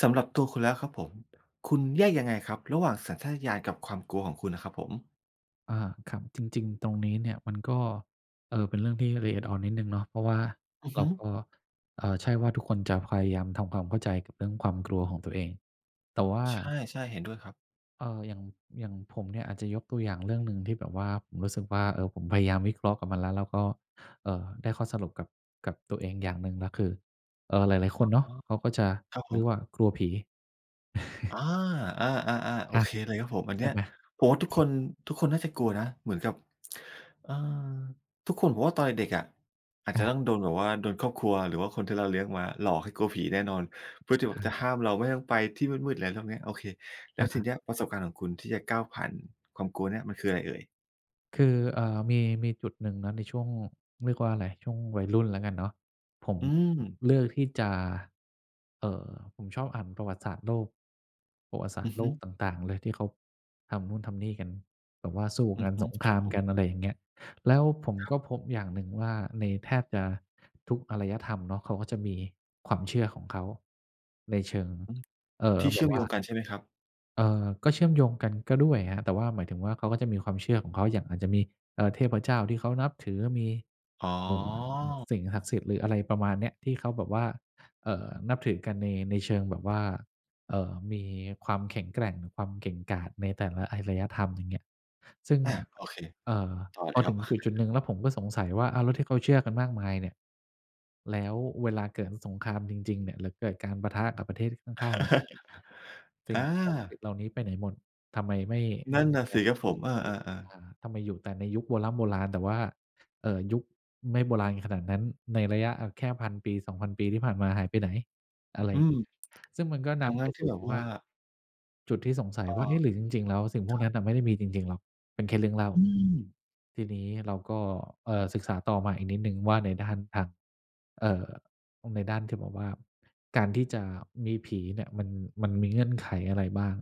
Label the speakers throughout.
Speaker 1: สำหรับตัวคุณแล้วครับผมคุณแยกยังไงครับระหว่างสัญชาตญาณกับความกลัวของคุณนะครับผม
Speaker 2: อ่าครับจริงๆตรงนี้เนี่ยมันก็เป็นเรื่องที่ละเอียดอ่อนนิดหนึ่งเนาะเพราะว่า
Speaker 1: อือ
Speaker 2: เรา
Speaker 1: ฮึ
Speaker 2: ก็ใช่ว่าทุกคนจะพยายามทำความเข้าใจกับเรื่องความกลัวของตัวเองแต่ว่า
Speaker 1: ใช่ๆเห็นด้วยครับ
Speaker 2: เอ่ออย่างอย่างผมเนี่ยอาจจะยกตัวอย่างเรื่องหนึ่งที่แบบว่าผมรู้สึกว่าเออผมพยายามวิเคราะห์กับมันแล้วแล้วก็ได้ข้อสรุปกับกับตัวเองอย่างหนึ่งแล้วคือหลายๆค
Speaker 1: อ๋
Speaker 2: น
Speaker 1: อ
Speaker 2: เนาะเขาก็จะ
Speaker 1: ครับผ
Speaker 2: เรี
Speaker 1: ม
Speaker 2: ยกว่ากลัวผี
Speaker 1: อาอาๆๆโอ
Speaker 2: อา
Speaker 1: เคเลยครับผมอัน
Speaker 2: ใช่
Speaker 1: เนี้ย
Speaker 2: ไหม
Speaker 1: ผมว่าทุกคนน่าจะกลัวนะเหมือนกับเอ่อทุกคนผมว่าตอนเด็กๆอะอาจจะ
Speaker 2: อา
Speaker 1: ต้องโดนแบบว่าโดนครอบครัวหรือว่าคนที่เราเลี้ยงมาหลอกให้กลัวผีแน่นอนเพื่
Speaker 2: ใ
Speaker 1: อที่แบบจะ
Speaker 2: ช่
Speaker 1: ห้ามเราไม่ต้องไปที่มืดๆอะไรพวกเนี้ยโอเคแล้วทีเนี้
Speaker 2: อา
Speaker 1: ยประสบการณ์ของคุณที่จะก้าวผ่านความกลัวเนี่ยมันคืออะไรเอ่ย
Speaker 2: คือมีจุดหนึ่งนะในช่วงเรียกว่าอะไรช่วงวัยรุ่นแล้วกันเนาะผม
Speaker 1: อืม
Speaker 2: เลือกที่จะเอ่อผมชอบอ่านประวัติศาสตร์โลกประวัติศาสต
Speaker 1: อือ
Speaker 2: ร์โล
Speaker 1: ฮึ
Speaker 2: กต่างๆเลยที่เขาทำนู่นทำนี่กันแบบว่าสู้
Speaker 1: อื
Speaker 2: กั
Speaker 1: อ
Speaker 2: น
Speaker 1: ฮึ
Speaker 2: สงค
Speaker 1: ครั
Speaker 2: รา
Speaker 1: บ
Speaker 2: ม
Speaker 1: ผม
Speaker 2: กันอะไรอย่างเงี้ยแล้วผมก็พบอย่างหนึ่งว่าในแทบจะทุกอารยธรรมเนาะเขาก็จะมีความเชื่อของเขาในเชิง
Speaker 1: ที่
Speaker 2: แบบ
Speaker 1: เชื่อมโย
Speaker 2: ว่า
Speaker 1: งกันใช่ไหมครับ
Speaker 2: ก็เชื่อมโยงกันก็ด้วยครับแต่ว่าหมายถึงว่าเขาก็จะมีความเชื่อของเขาอย่างอาจจะมีเทพเจ้าที่เขานับถือมี
Speaker 1: อ๋อ
Speaker 2: เอ่อสิ่งศักดิ์สิทธิ์หรืออะไรประมาณเนี้ยที่เขาแบบว่านับถือกันในในเชิงแบบว่ามีความแข็งแกร่งหรือความเก่งกาจในแต่ละอารยธรรมอย่างเงี้ยซึ่ง
Speaker 1: อาโอเค
Speaker 2: เอ่อ
Speaker 1: ต่อ
Speaker 2: พ
Speaker 1: เล
Speaker 2: อ
Speaker 1: ยค
Speaker 2: ถึ
Speaker 1: รั
Speaker 2: ง
Speaker 1: บ
Speaker 2: จุดๆหนึ่งแล้วผมก็สงสัยว่าอ้าวแล้วที่เขาเชื่อกันมากมายเนี่ยแล้วเวลาเกิดสงครามจริงๆเนี่ยหรือเกิดการปะทะกับประเทศข้างๆ สิ่ง
Speaker 1: อา
Speaker 2: ศักดิ์สิทธิ์เหล่านี้ไปไหนหมด ทำไมไม่
Speaker 1: นั่น
Speaker 2: แส
Speaker 1: น่ะ
Speaker 2: ด
Speaker 1: สิ
Speaker 2: ง
Speaker 1: ครับผ
Speaker 2: ตัว
Speaker 1: มเออๆ
Speaker 2: อ่า
Speaker 1: ๆ
Speaker 2: ทำไมอยู่แต่ในยุคโบร้ำโบราณแต่ว่ายุคไม่โบราณขนาดนั้น ในระยะอ่าแค่พันปี2,000ปีที่ผ่านมาหายไปไหนอะไร
Speaker 1: อืม
Speaker 2: ซึ่งมันก็นำไป
Speaker 1: ทั้งๆที่
Speaker 2: สู่
Speaker 1: แบบ
Speaker 2: ที่ว่า
Speaker 1: ว่า
Speaker 2: จุดที่สงสัย
Speaker 1: เอ่
Speaker 2: ว่าเอ๊ะห
Speaker 1: อ
Speaker 2: รือจริงๆแล้วสิ่งพวกนั้นน่ะไม่ได้มีจริงๆหรอก เป็นแค่เรื่องเล่า
Speaker 1: อืม
Speaker 2: ทีนี้เราก็ศึกษาต่อมาอีกนิดหนึ่งว่าในด้านทางเอ่อในด้านที่แบบว่าการที่จะมีผีเนี่ยมันมีเงื่อนไขอะไรบ้าง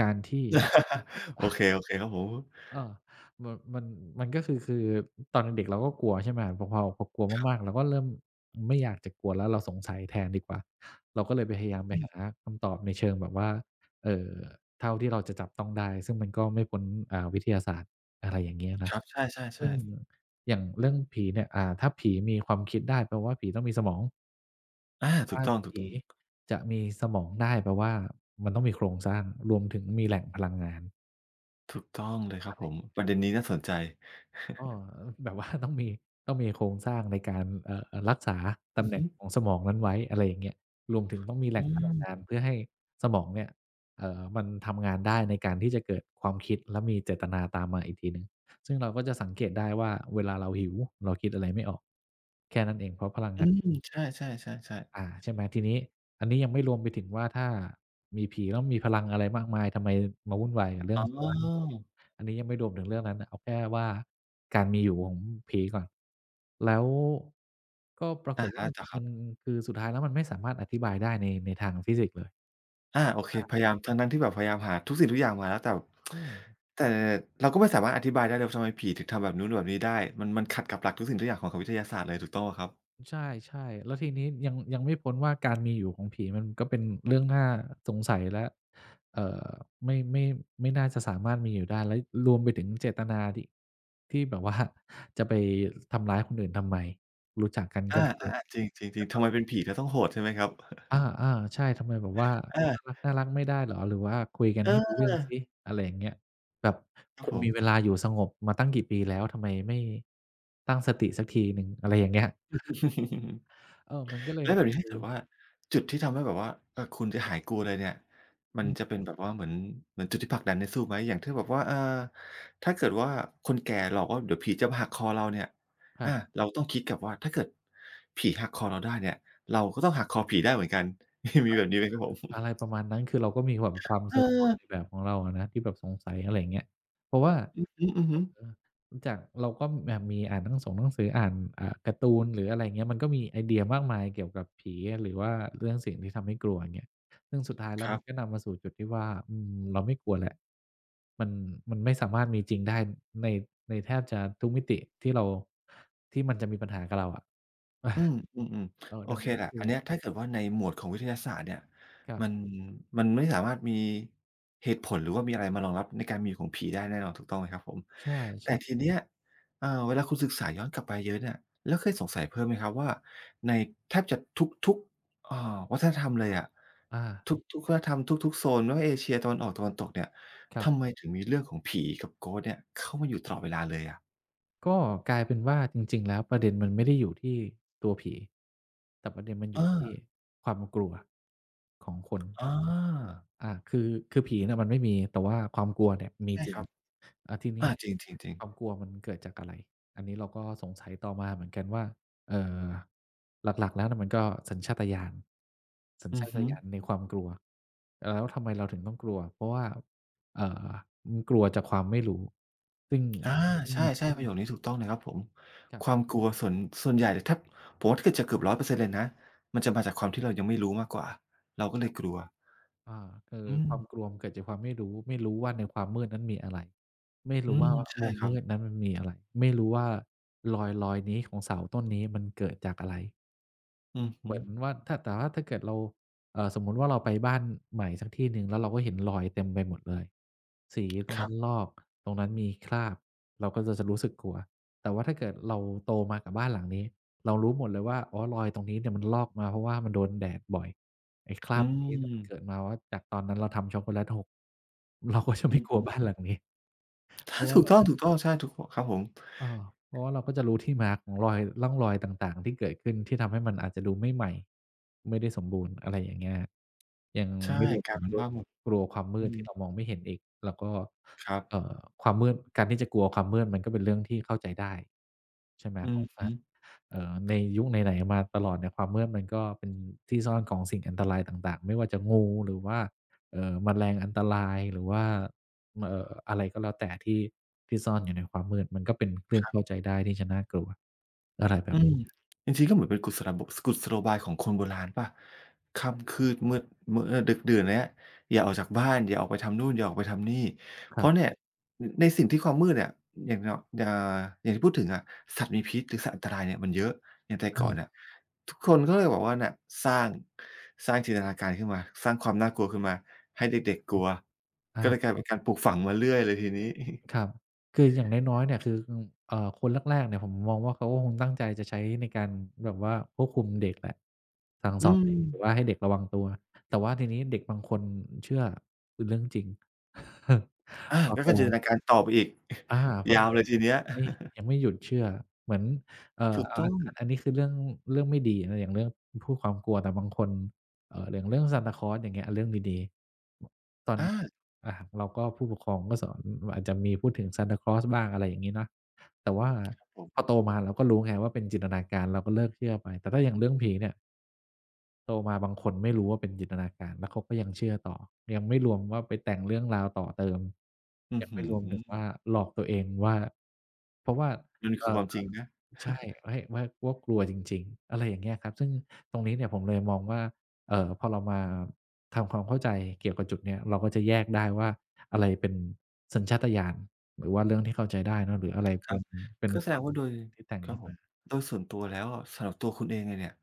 Speaker 2: การที่
Speaker 1: โอเคโอเคครับผม
Speaker 2: เออมันมันก็คือตอนเด็กๆเราก็กลัวใช่ไหมพอกลัวมากๆเราก็เริ่มไม่อยากจะกลัวแล้วเราสงสัยแทนดีกว่าเราก็เลยพยายามไป
Speaker 1: อื
Speaker 2: หา
Speaker 1: ม
Speaker 2: คำตอบในเชิงแบบว่าเอ่อเท่าที่เราจะจับต้องได้ ซึ่งมันก็ไม่พ้นอ่าวิทยาศาสตร์อะไรอย่างเงี้ย
Speaker 1: ค
Speaker 2: เนาะ
Speaker 1: รับใ
Speaker 2: ซึ่
Speaker 1: ช่
Speaker 2: ง
Speaker 1: ๆๆ
Speaker 2: อย่างเรื่องผีเนี่ยอ่าถ้าผีมีความคิดได้แปลว่าผีต้องมีสมอง
Speaker 1: อาถู
Speaker 2: ถ้า
Speaker 1: กต้องๆถูก
Speaker 2: ผี
Speaker 1: ต้อ
Speaker 2: จะมีสมองได้แปลว่ามันต้องมีโครงสร้างรวมถึงมีแหล่งพลังงาน
Speaker 1: งเลยครั
Speaker 2: อะ
Speaker 1: บ
Speaker 2: ไร
Speaker 1: ผมประเด็นนี้น่าสนใจ
Speaker 2: อ้อแบบว่าต้องมี ต้องมีโครงสร้างในการรักษา
Speaker 1: อื
Speaker 2: ตำ
Speaker 1: อ
Speaker 2: แหน่
Speaker 1: ฮึ
Speaker 2: งของสมองนั้นไว้อะไรอย่างเงี้ยรวมถึงต้องมีแห
Speaker 1: อื
Speaker 2: ล่งพลังงาน
Speaker 1: ม
Speaker 2: เพื่อให้สมองเนี่ยมันทำงานได้ในการที่จะเกิดความคิดและมีเจตนาตามมาอีกทีหนึ่งซึ่งเราก็จะสังเกตได้ว่าเวลาเราหิวเราคิดอะไรไม่ออก
Speaker 1: อืมใช่ๆๆ
Speaker 2: อา
Speaker 1: ๆ
Speaker 2: ใช่ไหมทีนี้อันนี้ยังไม่รวมไปถึงว่าถ้ามีผีแล้วมีพลังอะไรมากมายทำไมมาวุ่นวายกับเรื่อ
Speaker 1: อ๋
Speaker 2: งชาวบ้าน
Speaker 1: อ
Speaker 2: อันนี้ยังไม่รวมถึงเรื่องนั้นนะเอาแค่ว่าการมีอยู่ของผีก่อนแล้วก็ปราก
Speaker 1: อะ
Speaker 2: ฏว่า
Speaker 1: ฮะต่อครั
Speaker 2: มัน
Speaker 1: บ
Speaker 2: คือสุดท้ายแล้วมันไม่สามารถอธิบายได้ในในทางฟิสิกส์เลย
Speaker 1: อาโอเคพยายามทั้งๆที่แบบพยายามหาทุกสิ่งทุกอย่างมาแล้วแต่
Speaker 2: อืม
Speaker 1: แต่เราก็ไม่สามารถอธิบายได้เลยว่าทำไมผีถึงทำแบบนู้นแบบนี้ได้มันขัดกับหลักทุกสิ่งทุกอย่างของวิทยาศาสตร์เลยถูกต้องเปล่าครับ
Speaker 2: ใช่ๆแล้วทีนี้ยังไม่พ้นว่าการมีอยู่ของผีมันก็เป็นเรื่องน่าสงสัยและเอ่อไม่ไม่ไม่น่าจะสามารถมีอยู่ได้และรวมไปถึงเจตนาที่ที่แบบว่า จะไปทำร้ายคนอื่นทำไมรู้จักกันก็
Speaker 1: อา
Speaker 2: ไม่
Speaker 1: ๆๆจริงๆๆทำไมเป็นผีแล้วต้องโหดใช่ไหมครับ
Speaker 2: อาๆใช่ทำไมแบบว่า
Speaker 1: อา
Speaker 2: น่ารักๆไม่ได้เหรอหรือว่าคุยกันให้รู้
Speaker 1: เออ
Speaker 2: เรื่องสิอะไรอย่างเงี้ยแบบ
Speaker 1: ครับ
Speaker 2: คุณ
Speaker 1: ผ
Speaker 2: มี
Speaker 1: ม
Speaker 2: เวลาอยู่สงบมาตั้งกี่ปีแล้วทำไมไม่ตั้งสติสักทีหนึ่งอะไรอย่างเงี้ยเออมันก็เลย
Speaker 1: แล้วแบบนี้ถ้าเกิด ว่าจุดที่ทำให้แบบว่าเออคุณจะหายกลัวเลยเนี่ยมัน
Speaker 2: อื
Speaker 1: จะ
Speaker 2: ม
Speaker 1: เป็นแบบว่าเหมือนเหมือนจุดที่ผลักดันให้สู้ไหมอย่างที่แบบว่าเออถ้าเกิดว่าคนแก่หลอกว่าเดี๋ยวผีจะมาหักคอเราเนี่ย
Speaker 2: ครั
Speaker 1: อา
Speaker 2: บ
Speaker 1: เราต้องคิดกลับว่าถ้าเกิดผีหักคอเราได้เนี่ยเราก็ต้องหักคอผีได้เหมือนกัน มีแบบนี้ไหมครับผ
Speaker 2: อะ
Speaker 1: ม
Speaker 2: ไรประมาณนั้นคือเราก็มีแบบความ
Speaker 1: เอ
Speaker 2: ซ
Speaker 1: อ
Speaker 2: นๆในแบบของเราอะนะที่แบบสงสัยอะไรอย่างเงี้ยเพราะว่า
Speaker 1: อืออือ
Speaker 2: เอ
Speaker 1: ฮึ
Speaker 2: อรู้จากเราก็แบบมีอ่านหนังสืออ่านการ์ตูนหรืออะไรอย่างเงี้ยมันก็มีไอเดียมากมายเกี่ยวกับผีหรือว่าเรื่องสิ่งที่ทำให้กลัวอย่างเงี้ยซึ่งสุดท้ายแล้
Speaker 1: ค
Speaker 2: ว
Speaker 1: รั
Speaker 2: มันก็
Speaker 1: บ
Speaker 2: นำมาสู่จุดที่ว่าเราไม่กลัวแล้วมันมันไม่สามารถมีจริงได้ในแทบจะทุกมิติที่เรามันจะมีปัญหากับเราอะ
Speaker 1: อืม อืม
Speaker 2: เออ
Speaker 1: ๆโอ
Speaker 2: ดัง
Speaker 1: เค
Speaker 2: นั้น
Speaker 1: แหละ
Speaker 2: คื
Speaker 1: อั
Speaker 2: อ
Speaker 1: นเนี้ยถ้าเกิดว่าในหมวดของวิทยาศาสตร์เนี่ย
Speaker 2: ครั
Speaker 1: มัน
Speaker 2: บ
Speaker 1: มันไม่สามารถมีเหตุผลหรือว่ามีอะไรมารองรับในการมีอยู่ของผีได้แน่นอนถูกต้องไหมครับผม
Speaker 2: ใช่
Speaker 1: แต่ที
Speaker 2: ๆ
Speaker 1: เนี้ยเอ่อเวลาคุณศึกษาย้อนกลับไปเยอะเนี่ยแล้วเคยสงสัยเพิ่มไหมครับว่าในแทบจะทุกๆวัฒนธรรมเลยอะ
Speaker 2: อา
Speaker 1: ทุกๆวัฒนธรรมทุกๆโซนไม่ว่าเอเชียตะวันออกตะวันตกเนี่ย
Speaker 2: ครั
Speaker 1: ทำ
Speaker 2: บ
Speaker 1: ไมถึงมีเรื่องของผีกับ Ghost เนี่ยเข้ามาอยู่ตลอดเวลาเลยอะ
Speaker 2: ก็กลายเป็นว่าจริงๆแล้วประเด็นมันไม่ได้อยู่ที่ตัวผี แต่ประเด็นมันอ
Speaker 1: เอ
Speaker 2: ยู่
Speaker 1: อ
Speaker 2: ที่ความกลัวของคน
Speaker 1: อา
Speaker 2: อ่าคือผีน่ะมันไม่มีแต่ว่าความกลัวเนี่ยมี
Speaker 1: ใช่
Speaker 2: จริ
Speaker 1: ค
Speaker 2: ง
Speaker 1: รับ
Speaker 2: อ่าทีนี้
Speaker 1: อา
Speaker 2: เนี่ย
Speaker 1: จริง
Speaker 2: ค
Speaker 1: ๆ
Speaker 2: วาม
Speaker 1: ๆ
Speaker 2: กลัวมันเกิดจากอะไรอันนี้เราก็สงสัยต่อมาเหมือนกันว่าเอ่อหลักๆแล้วน่ะมันก็สัญชาตญาณสัญ
Speaker 1: อือ
Speaker 2: ชาต
Speaker 1: ฮึ
Speaker 2: ญาณในความกลัวแล้วทำไมเราถึงต้องกลัวเพราะว่าเอ่อมันกลัวจากความไม่รู้ซึ่ง
Speaker 1: อา
Speaker 2: ซึ่ง
Speaker 1: ใช่ๆประโยคนี้ถูกต้องเลยครับผม
Speaker 2: ครั
Speaker 1: ความ
Speaker 2: บ
Speaker 1: กลัวส่วนใหญ่เนี่ยถ้าผมว่าถ้าเกิดจะเกือบ100เปอร์เซ็นต์เลยนะมันจะมาจากความที่เรายังไม่รู้มากกว่า เราก็
Speaker 2: ใช่
Speaker 1: เลยกลัว
Speaker 2: อาคือ
Speaker 1: อื
Speaker 2: ความกลั
Speaker 1: ม
Speaker 2: วมันเกิดจากความไม่รู้ ไม่รู้ว่าในความมืดนั้นมีอะไรไม่
Speaker 1: อื
Speaker 2: รู้
Speaker 1: ม
Speaker 2: ว่า
Speaker 1: ใช่
Speaker 2: มุม
Speaker 1: ครั
Speaker 2: มื
Speaker 1: บ
Speaker 2: ดนั้นมันมีอะไรไม่รู้ว่ารอยนี้ของเสาต้นนี้มันเกิดจากอะไร
Speaker 1: อือ
Speaker 2: เห
Speaker 1: ฮึ
Speaker 2: มือนว่าถ้าแต่ว่าถ้าเกิดเราสมมุติว่าเราไปบ้านใหม่สักที่หนึ่งแล้วเราก็เห็นรอยเต็มไปหมดเลยสีตร
Speaker 1: ค
Speaker 2: ง
Speaker 1: รั
Speaker 2: นั้น
Speaker 1: บ
Speaker 2: ลอกตรงนั้นมีคราบเราก็จะรู้สึกกลัวแต่ว่าถ้าเกิดเราโตมากับบ้านหลังนี้เรารู้หมดเลยว่าอ๋อรอยตรงนี้เนี่ยมันลอกมาเพราะว่ามันโดนแดดบ่อยไอ้ครา
Speaker 1: อื
Speaker 2: บตรงนี้เนี่ยมันเกิด
Speaker 1: ม
Speaker 2: มาว่าจากตอนนั้นเราทำช็อกโกแลตหกเราก็จะ
Speaker 1: อื
Speaker 2: ไม่
Speaker 1: อ
Speaker 2: กลัว
Speaker 1: ฮึ
Speaker 2: บ้าน
Speaker 1: อื
Speaker 2: ห
Speaker 1: อ
Speaker 2: ลังนี้เพ
Speaker 1: ถ้า
Speaker 2: ราะว่า
Speaker 1: ถูกต้องๆใช่ถูกครับผม
Speaker 2: เออเพราะว่าเราก็จะรู้ที่มาของรอยร่องรอยต่างๆที่เกิดขึ้นที่ทำให้มันอาจจะดูไม่ใหม่ไม่ได้สมบูรณ์อะไรอย่างเงี้ยยัง
Speaker 1: ใช่
Speaker 2: ไม่รวม
Speaker 1: กลา
Speaker 2: ถึ
Speaker 1: ย
Speaker 2: ง
Speaker 1: เป็น
Speaker 2: เรื่อง
Speaker 1: ว่าแบบ
Speaker 2: กลัวความมื
Speaker 1: อื
Speaker 2: ด
Speaker 1: ม
Speaker 2: ที่เรามองไม่เห็นอีกแล้วก็
Speaker 1: ครับ
Speaker 2: เอ่อความมืดการที่จะกลัวความมืดมันก็เป็นเรื่องที่เข้าใจได้ใช่ไหม
Speaker 1: อื
Speaker 2: ผ
Speaker 1: อ
Speaker 2: มว่า
Speaker 1: ฮึ
Speaker 2: ในยุคไหนๆมาตลอดเนี่ยความมืดมันก็เป็นที่ซ่อนของสิ่งอันตรายต่างๆไม่ว่าจะงูหรือว่าแมลงอันตรายหรือว่าอะไรก็แล้วแต่ที่ที่ซ่อนอยู่ในความมืดมันก็เป็นเรื่องเข้าใจได้ที่จะน่ากลัวอะไรแบ
Speaker 1: อื
Speaker 2: บ
Speaker 1: ม
Speaker 2: นี้
Speaker 1: จริงๆก็เหมือนเป็นกุศลบกุศโลบายของคนโบราณเปล่า
Speaker 2: คร
Speaker 1: ค่ำ
Speaker 2: ับ
Speaker 1: คืดมืดมืดเออดึกดื่นแล้วอย่าออกจากบ้านอย่าออกไปทำนู่นอย่าออกไปทำนี่
Speaker 2: ค
Speaker 1: เพ
Speaker 2: รั
Speaker 1: ราะ
Speaker 2: บ
Speaker 1: เนี่ยอในสิ่งที่ความมืดเนี่ยอย่างเนาะอ่าอย่างที่พูดถึงอะสัตว์มีพิษหรือสัตว์อันตรายเนี่ยมันเยอะอย่างแต่ก่อน
Speaker 2: อา
Speaker 1: น่ะทุกคนก็เลยบอกว่าเนี่ยสร้างสร้างจินตนาการขึ้นมาสร้างความน่ากลัวขึ้นมาให้เด็กๆกลัวก็เลย
Speaker 2: อา
Speaker 1: กลายเป็นการปลูกฝังมาเรื่อยเลยทีนี้
Speaker 2: ครับคืออย่างน้อยๆเนี่ยคือคนแรกๆเนี่ยผมมองว่าเขาก็คงตั้งใจจะใช้ในการแบบว่าควบคุมเด็กแหละ สั่งส
Speaker 1: อื
Speaker 2: อน
Speaker 1: ม
Speaker 2: เด็กหรือว่าให้เด็กระวังตัว แต่ว่าทีนี้เด็กบางคนเชื่อคือเรื่องจริง
Speaker 1: อา
Speaker 2: พอ
Speaker 1: แล้ว
Speaker 2: โต
Speaker 1: ก็จินตนาการต่อไปอีก
Speaker 2: อาพ อ
Speaker 1: ยา
Speaker 2: โต
Speaker 1: วเลย
Speaker 2: มา
Speaker 1: ทีเนี้ย
Speaker 2: ไม่ยังไม่หยุดเชื่อเหมือนเอ่อ
Speaker 1: ถูก
Speaker 2: อาอ
Speaker 1: ต้อง
Speaker 2: ันนี้คือเรื่องไม่ดีนะอย่างเรื่องพูดความกลัวแต่บางคนอย่างเรื่องซานตาคลอสอย่างเงี้ยเรื่องดีๆตอน
Speaker 1: อา
Speaker 2: เด็กๆอาเราก็ผู้ปกครองก็สอนอาจจะมีพูดถึงซานตาคลอสบ้างอะไรอย่างงี้เนาะแต่ว่า
Speaker 1: ครับผ
Speaker 2: พอ
Speaker 1: ม
Speaker 2: โตมาเราก็รู้ไงว่าเป็นจินตนาการเราก็เลิกเชื่อไปแต่ถ้าอย่างเรื่องผีเนี่ย โตมาบางคนไม่รู้ว่าเป็นจินตนาการแล้วเขาก็ยังเชื่อต่อยังไม่รวมว่าไปแต่งเรื่องราวต่อเติม
Speaker 1: อื้อ
Speaker 2: ยังไม่
Speaker 1: ฮือ
Speaker 2: รวมถึงว่าหลอกตัวเองว่าเพราะว่า
Speaker 1: มัน
Speaker 2: เอ่
Speaker 1: คือค
Speaker 2: อ
Speaker 1: วามจริงนะ
Speaker 2: ใช่ให้ว่ากลัวจริงๆอะไรอย่างเงี้ยครับซึ่งตรงนี้เนี่ยผมเลยมองว่าพอเรามาทำความเข้าใจเกี่ยวกับจุดเนี้ยเราก็จะแยกได้ว่าอะไรเป็นสัญชาตญาณหรือว่าเรื่องที่เข้าใจได้เนาะหรืออะไร
Speaker 1: ค
Speaker 2: เป็
Speaker 1: รับ
Speaker 2: น
Speaker 1: ก็
Speaker 2: ค
Speaker 1: แสด
Speaker 2: วาม
Speaker 1: งว่าโดย
Speaker 2: คิดที่แต่ง
Speaker 1: ครับ
Speaker 2: ขึ้น
Speaker 1: ผม
Speaker 2: มา
Speaker 1: โดยส่วนตัวแล้วอะสำหรับตัวคุณเองเลยเนี่ย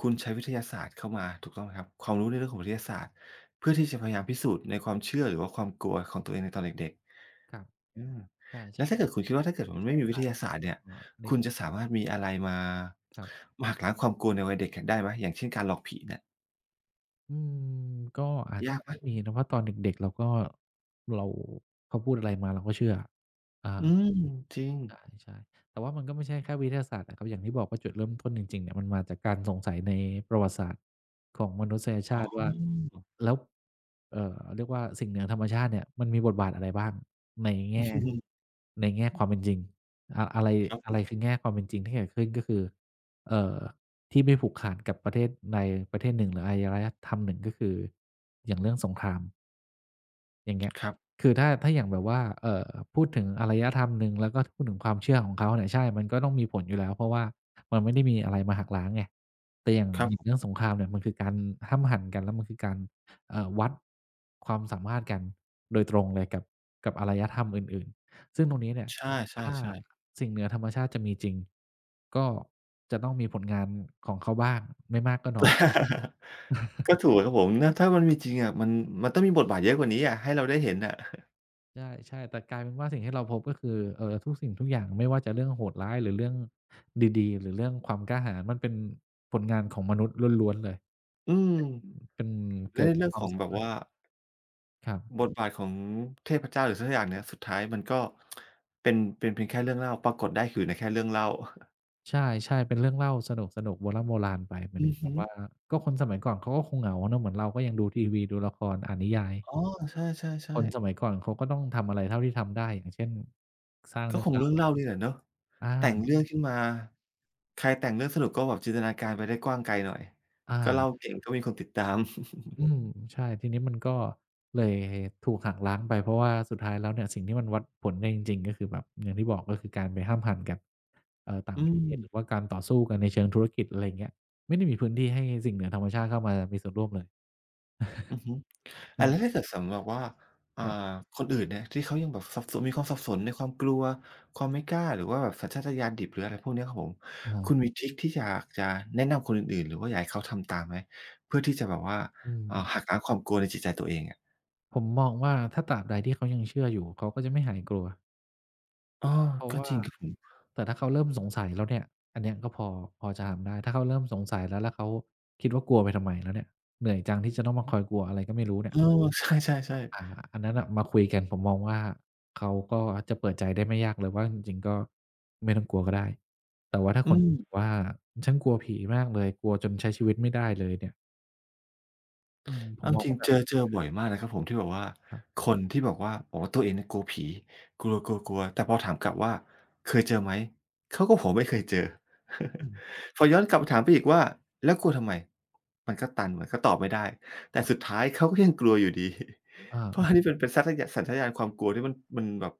Speaker 1: คุณใช้วิทยาศาสตร์เข้ามาถูกต้องไหมครับความรู้ในเรื่องของวิทยาศาสตร์เพื่อที่จะพยายามพิสูจน์ในความเชื่อหรือว่าความกลัวของตัวเองในตอนเด็ก
Speaker 2: ครับ
Speaker 1: ๆอา
Speaker 2: ใช่
Speaker 1: แล้วถ้าเกิดคุณคิดว่าถ้าเกิด
Speaker 2: ๆวิ
Speaker 1: มัน
Speaker 2: ท
Speaker 1: ไม่
Speaker 2: ยา
Speaker 1: มีวิ
Speaker 2: ศาส
Speaker 1: ท
Speaker 2: ตร์
Speaker 1: ยา
Speaker 2: แล้ว
Speaker 1: ศา
Speaker 2: ก
Speaker 1: สตร์เนี่ย
Speaker 2: ็ใน
Speaker 1: คุณจะสามารถมีอะไรมา
Speaker 2: ครับ
Speaker 1: มาหักล้างความกลัวในวัยเด็กอะได้ไหมอย่างเช่นการหลอกผีเนี่ย
Speaker 2: อืมก็อาจ
Speaker 1: ยา
Speaker 2: จะ
Speaker 1: กไหม
Speaker 2: ไม่มีนะเพราะตอนเด็กๆเราก็เราเขาพูดอะไรมาเราก็เชื่ออา
Speaker 1: อืมจริง
Speaker 2: ใช่ใช่แต่ว่ามันก็ไม่ใช่แค่วิทยาศาสตร์อะครับอย่างที่บอกว่าจุดเริ่มต้นจริงๆเนี่ยมันมาจากการสงสัยในประวัติศาสตร์ของมนุษย
Speaker 1: อ๋
Speaker 2: ชาติว่า
Speaker 1: อ
Speaker 2: แล้วเรียกว่าสิ่งเหนือธรรมชาติเนี่ยมันมีบทบาทอะไรบ้างในแง่ ความเป็นจริงอะอะไร
Speaker 1: ครับผ
Speaker 2: อะไรคื
Speaker 1: ม
Speaker 2: อแง่ความเป็นจริงที่เกิดขึ้นก็คือเอ่อที่ไม่ผูกขาดกับประเทศใดประเทศหนึ่งหรืออารยธรรมหนึ่งก็คืออย่างเรื่องสงคราม อย่างเงี้ย
Speaker 1: ครับ
Speaker 2: คือถ้าอย่างแบบว่าพูดถึงอารยธรรมหนึ่งแล้วก็พูดถึงความเชื่อของเขาเนี่ยใช่ มันก็ต้องมีผลอยู่แล้วเพราะว่ามันไม่ได้มีอะไรมาหักล้างไงแต่อย่าง
Speaker 1: ครั
Speaker 2: เรื่
Speaker 1: บ
Speaker 2: องสงครามเนี่ยมันคือการห้ำหั่นกันแล้วมันคือการวัดความสามารถกันโดยตรงเลยกับอารยธรรมอื่นๆซึ่งตรงนี้เนี่ย
Speaker 1: ใ
Speaker 2: ถ้า
Speaker 1: ช่ๆๆ
Speaker 2: สิ่งเหนือธรรมชาติจะมีจริงก็จะต้องมีผลงานของเขาบ้างไม่มากก็น้อย
Speaker 1: ก็ถูกครับผมนะถ้ามันมีจริงอะมันมันต้องมีบทบาทเยอะกว่านี้อะให้เราได้เห็นอะ
Speaker 2: ใช่ๆแต่กลายเป็นว่าสิ่งที่เราพบก็คือทุกสิ่งทุกอย่างไม่ว่าจะเรื่องโหดร้ายหรือเรื่องดีๆหรือเรื่องความกล้าหาญมันเป็นผลงานของมนุษย์ล้วนๆเลย
Speaker 1: อืม
Speaker 2: เป็น
Speaker 1: และ
Speaker 2: เกิด
Speaker 1: ใน
Speaker 2: จาก
Speaker 1: เรื่อง
Speaker 2: ควา
Speaker 1: ข
Speaker 2: ม
Speaker 1: อง
Speaker 2: สา
Speaker 1: แบบ
Speaker 2: มาร
Speaker 1: ว่า
Speaker 2: ถครั
Speaker 1: บ
Speaker 2: บ
Speaker 1: ทบาทของเทพเจ้าหรือสักอย่างเนี่ยสุดท้ายมันก็เป็นเพียงแค่เรื่องเล่าปรากฏได้คือในแค่เรื่องเล่า
Speaker 2: ใช่ๆเป็นเรื่องเล่าสนุกๆโบร่ำโบราณไปหมาย
Speaker 1: อื
Speaker 2: ถึง
Speaker 1: อ
Speaker 2: แบ
Speaker 1: ฮึ
Speaker 2: บว่าก็คนสมัยก่อนเขาก็คงเหงาเนาะเหมือนเราก็ยังดูทีวีดูละครอ่านนิยาย
Speaker 1: อ๋อใช
Speaker 2: ค
Speaker 1: ่
Speaker 2: น
Speaker 1: ๆ
Speaker 2: สมัย
Speaker 1: ๆ
Speaker 2: ก่อนเขาก็ต้องทำอะไรเท่าที่ทำได้อย่างเช่นสร้าง
Speaker 1: ก็
Speaker 2: เรื่อง
Speaker 1: คงเรื่อง
Speaker 2: เล่า
Speaker 1: เล่านี่แหละเนาะแต่ง
Speaker 2: อา
Speaker 1: เรื่องขึ้นมาใครแต่งเรื่องสนุกก็แบบจินตนาการไปได้กว้างไกลหน่อยก็
Speaker 2: อา
Speaker 1: เล่าเก่งก็มีคนติดตาม
Speaker 2: อืมใช่ทีนี้มันก็เลยถูกหักล้างไปเพราะว่าสุดท้ายแล้วเนี่ยสิ่งที่มันวัดผลได้จริงๆก็คือแบบอย่างที่บอกก็คือการไปห้ามหันกันต่าง
Speaker 1: อื
Speaker 2: ประเทศหรือว่า
Speaker 1: ม
Speaker 2: การต่อสู้กันในเชิงธุรกิจอะไรอย่างเงี้ยไม่ได้มีพื้นที่ให้สิ่งเหนือธรรมชาติเข้ามามีส่วนร่วมเลย
Speaker 1: อือฮึ อาแล้ว
Speaker 2: อ่
Speaker 1: ถ้าเกิดสำหรับว่าอ่า
Speaker 2: ครับ
Speaker 1: คนอื่นเนี่ยที่เขายังแบบสับสนมีความสับสนในความกลัวความไม่กล้าหรือว่าแบบสัญชาตญาณดิบหรืออะไรพวกเนี้ยครับผมคุ
Speaker 2: อา
Speaker 1: ณมีทริกที่อยากจะแนะนำคนอื่นๆหรือว่าอยากให้เขาทำตามไหมเพื่อที่จะแบบว่า
Speaker 2: อื
Speaker 1: หัก
Speaker 2: ม
Speaker 1: ล้างความกลัวในจิตใจตัวเองอะ
Speaker 2: ผมมองว่าถ้าตราบใดที่เขายังเชื่ออยู่เขาก็จะไม่หายกลัว
Speaker 1: เออ
Speaker 2: เพราะ
Speaker 1: ก็
Speaker 2: ว่า
Speaker 1: จริงครับผม
Speaker 2: แต่ถ้าเขาเริ่มสงสัยแล้วเนี่ยอันเนี้ยก็พอจะทำได้ถ้าเขาเริ่มสงสัยแล้วแล้วเขาคิดว่ากลัวไปทำไมแล้วเนี่ยเหนื่อยจังที่จะต้องมาคอยกลัวอะไรก็ไม่รู้เนี่
Speaker 1: เอ
Speaker 2: ย
Speaker 1: อใช่
Speaker 2: อา
Speaker 1: ๆ
Speaker 2: อันนั้นน่ะมาคุยกันผมมองว่าเขาก็จะเปิดใจได้ไม่ยากเลยว่าจริงๆก็ไม่ต้องกลัวก็ได้แต่ว่าถ้า
Speaker 1: ๆ
Speaker 2: ค
Speaker 1: อื
Speaker 2: น
Speaker 1: ม
Speaker 2: ที่แบบว่าฉันกลัวผีมากเลยกลัวจนใช้ชีวิตไม่ได้เลยเนี่ยอืมผม
Speaker 1: เอา
Speaker 2: มอง
Speaker 1: จริง
Speaker 2: ว่าแบ
Speaker 1: เจ
Speaker 2: บ
Speaker 1: อเจอบ่อยมากนะครับผมที่แบบว่า
Speaker 2: ครับ
Speaker 1: คนที่บอกว่าตัวเองเนี่ยกลัวผีกลัวกลัวๆๆแต่พอถามกลับว่าเคยเจอไหมเขาก็บอกไม่เคยเจอ
Speaker 2: อ
Speaker 1: พอย้อนกลับมาถามไปอีกว่าแล้วกลัวทำไมมันก็ตอบไม่ได้แต่สุดท้ายเขาก็ยังกลัวอยู่ดี เพราะอั
Speaker 2: า
Speaker 1: นนี้มันเป็นสัตยะสัญชาตญาณความกลัวที่มันแบบ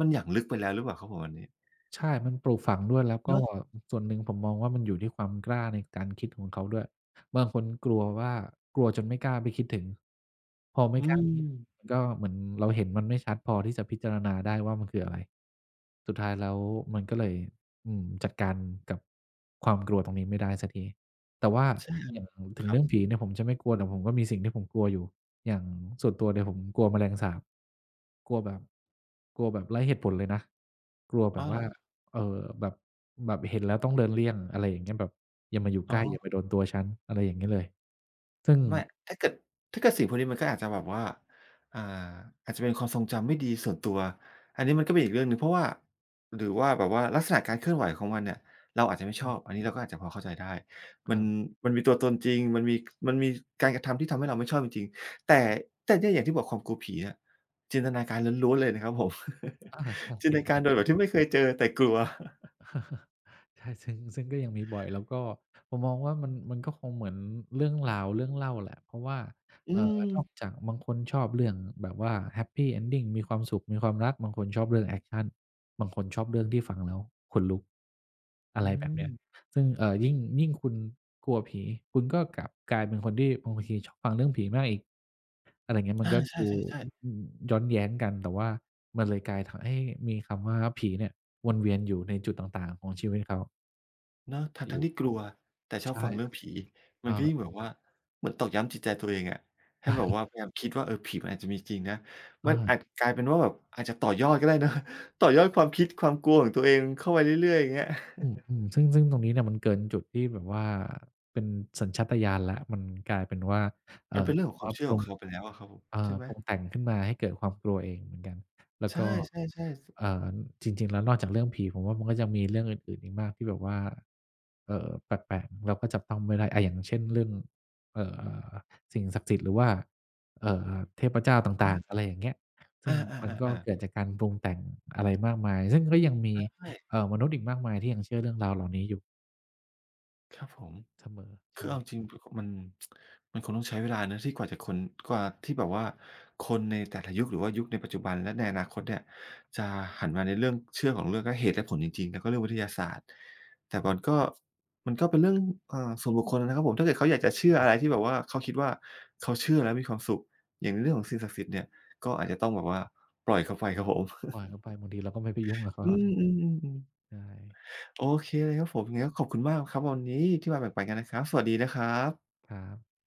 Speaker 1: มันหยั่งลึกไปแล้วหรือเปล่าครับผมอันนี้
Speaker 2: ใช่ มันปลูกฝังด้วยแล้วก็
Speaker 1: เนาะ
Speaker 2: ส่วนหนึ่งผมมองว่ามันอยู่ที่ความกล้าในการคิดของเขาด้วยบางคนกลัวว่ากลัวจนไม่กล้าไปคิดถึงพอไม่
Speaker 1: อื
Speaker 2: กล้าไปคิด
Speaker 1: ม
Speaker 2: มันก็เหมือนเราเห็นมันไม่ชัดพอที่จะพิจารณาได้ว่ามันคืออะไรสุดท้ายแล้วมันก็เลยอืมจัดการกับความกลัวตรงนี้ไม่ได้สักทีแต่ว่า
Speaker 1: ใช่
Speaker 2: อย่างถึ
Speaker 1: ค
Speaker 2: ง
Speaker 1: รั
Speaker 2: เรื่
Speaker 1: บ
Speaker 2: องผีเนี่ยผมจะไม่กลัวแต่ผมก็มีสิ่งที่ผมกลัวอยู่อย่างส่วนตัวเนี่ยผมกลัวแมลงสาบ กลัวแบบกลัวแบบไร้เหตุผลเลยนะกลัว
Speaker 1: อ
Speaker 2: แบ
Speaker 1: อ
Speaker 2: บ
Speaker 1: เหร
Speaker 2: ว่า
Speaker 1: อ
Speaker 2: เอ่อแบบแบบเห็นแล้วต้องเดินเลี่ยงอะไรอย่างเงี้ยแบบอย่ามาอยู่
Speaker 1: อ๋
Speaker 2: ใก
Speaker 1: อ
Speaker 2: ล้อย่ามาโดนตัวฉันอะไรอย่างงี้เลยซึ่ง
Speaker 1: ไม่ถ้าเกิดถ้าเกิดสิ่งพวกนี้มันก็อาจจะแบบว่าอ่าอาจจะเป็นความทรงจำไม่ดีส่วนตัวอันนี้มันก็เป็นอีกเรื่องหนึ่งเพราะว่าหรือว่าแบบว่าลักษณะการเคลื่อนไหวของมันเนี่ยเราอาจจะไม่ช
Speaker 2: อื
Speaker 1: อบ
Speaker 2: ม
Speaker 1: อันนี้เราก็อาจจะพอเข้าใจได้
Speaker 2: ค
Speaker 1: มั
Speaker 2: รั
Speaker 1: น
Speaker 2: บ
Speaker 1: มันมีตัวตนจริง มันมีการกระทำที่ทำให้เราไม่ชอบจริงๆแต่แต่เนี่ยอย่างที่บอกความกลัวผีเนี่ยจินตนาการล้วนๆเลยนะครับผม
Speaker 2: อาใช่
Speaker 1: จิน
Speaker 2: คิ
Speaker 1: ต
Speaker 2: ดแบ
Speaker 1: นา
Speaker 2: บ
Speaker 1: การ
Speaker 2: นั้
Speaker 1: โดยแบ
Speaker 2: น
Speaker 1: บที่ไม่เคยเจอแต่กลัว
Speaker 2: ใช่ซึ่งก็ยังมีบ่อยแล้วก็ผมมองว่ามันก็คงเหมือนเรื่องราวเรื่องเล่าแหละเพราะว่า
Speaker 1: อื
Speaker 2: เอ่อ
Speaker 1: ม
Speaker 2: นอกจากบางคนชอบเรื่องแบบว่า Happy Ending มีความสุขมีความรักบางคนชอบเรื่องแอกชันบางคนชอบเรื่องที่ฟังแล้วขนลุกอะ
Speaker 1: อื
Speaker 2: ไรแบบ
Speaker 1: ม
Speaker 2: เนี้ย ซึ่งยิ่งคุณกลัวผีคุณก็กลับกลายเป็นคนที่บางทีชอบฟังเรื่องผีมากอีกอะไรเงี้ยมัน
Speaker 1: อา
Speaker 2: ก็
Speaker 1: ใช
Speaker 2: ดู
Speaker 1: ่ๆๆ
Speaker 2: อืมย้อนแย้งกันแต่ว่ามันเลยกลายทำให้มีคำว่าผีเนี่ยวนเวียนอยู่ในจุดต่างๆของชีวิตเขา
Speaker 1: เนาะ
Speaker 2: อ
Speaker 1: ทั้ง
Speaker 2: ยู่
Speaker 1: ๆที่กลัวแต่ชอบ
Speaker 2: ใช่
Speaker 1: ฟังเรื่องผีมั
Speaker 2: เอ่อ
Speaker 1: นก็ยิ่งแบบว่าเหมือนตอกย้ำจิตใจตัวเองอะให้แบบว่า พยายามคิดว่าเออผีมันอาจจะมีจริงนะมั
Speaker 2: อา
Speaker 1: นอาจกลายเป็นว่าแบบอาจจะต่อยอดก็ได้ นะต่อยอดความคิดความกลัวของตัวเองเข้าไปเรื่อยๆอย่างเงี้ย
Speaker 2: อืมอืมซึ่งตรงนี้เนี่ยมันเกินจุดที่แบบว่าเป็นสัญชาตญาณแล้วมันกลายเป็นว่า
Speaker 1: มันเป็นเรื่อ
Speaker 2: แบ
Speaker 1: งข
Speaker 2: บ
Speaker 1: องค
Speaker 2: ว่า
Speaker 1: วามเชื่
Speaker 2: ป
Speaker 1: อ
Speaker 2: รุ
Speaker 1: ของ
Speaker 2: ง
Speaker 1: เขาไปแล้วอะครับผมใช่ไหม
Speaker 2: ปรุงแต่งขึ้นมาให้เกิดความกลัวเองเหมือนกันแล้ว
Speaker 1: ใช่
Speaker 2: ก็
Speaker 1: ๆๆส
Speaker 2: เอ่อจริงๆแล้วนอกจากเรื่องผีผมว่ามันก็ยังมีเรื่องอื่นๆอีกมากที่แบบว่าแปลกๆเราก็จับต้องไม่ได้อาอย่างเช่นเรื่องเอ่อสิ่งศักดิ์สิทธิ์หรือว่าเอ่อเทพเจ้า
Speaker 1: อ้
Speaker 2: ต่างๆ
Speaker 1: อ
Speaker 2: อะไรอย่างเงี้ยซึ่ง
Speaker 1: อา
Speaker 2: มันก็
Speaker 1: ๆๆ
Speaker 2: เกิด
Speaker 1: ๆ
Speaker 2: จากการปรุงแต่งอะไรมากมายซึ่งก็ยังมี
Speaker 1: ใช่
Speaker 2: มนุษย์อีกมากมายที่ยังเชื่อเรื่องราวเหล่านี้อยู่
Speaker 1: ครับผม
Speaker 2: เสมอ
Speaker 1: คือ
Speaker 2: ใช่
Speaker 1: เอาจริงพมันมันคงต้องใช้เวลานะที่กว่าจะคนกว่าที่แบบว่าคนในแต่ละยุคหรือว่ายุคในปัจจุบันและในอนาคตเนี่ยจะหันมาในเรื่องเชื่อของเรื่องและเหตุและผลจริงๆแล้วก็เรื่องวิทยาศาสตร์แต่
Speaker 2: ครั
Speaker 1: มัน
Speaker 2: บ
Speaker 1: ก็มันก็เป็นเรื่องส่วนบุคคลอะนะครับผมถ้าเกิดเขาอยากจะเชื่ออะไรที่แบบว่าเขาคิดว่าเขาเชื่อแล้วมีความสุขอย่างในเรื่องของสิ่งศักดิ์สิทธิ์เนี่ยก็อาจจะต้องแบบว่าปล่อยเขาไปครับผม
Speaker 2: ปล่อยเขาไปบางทีเราก็ไม่ไปยุ่งกับเขา
Speaker 1: อืมๆๆๆ
Speaker 2: ใช่
Speaker 1: โอเคเลยครับผมยังไงก็ขอบคุณมากครับวันนี้ที่มาแบ่งปันกันนะครับสวัสดีนะครับ
Speaker 2: ครับ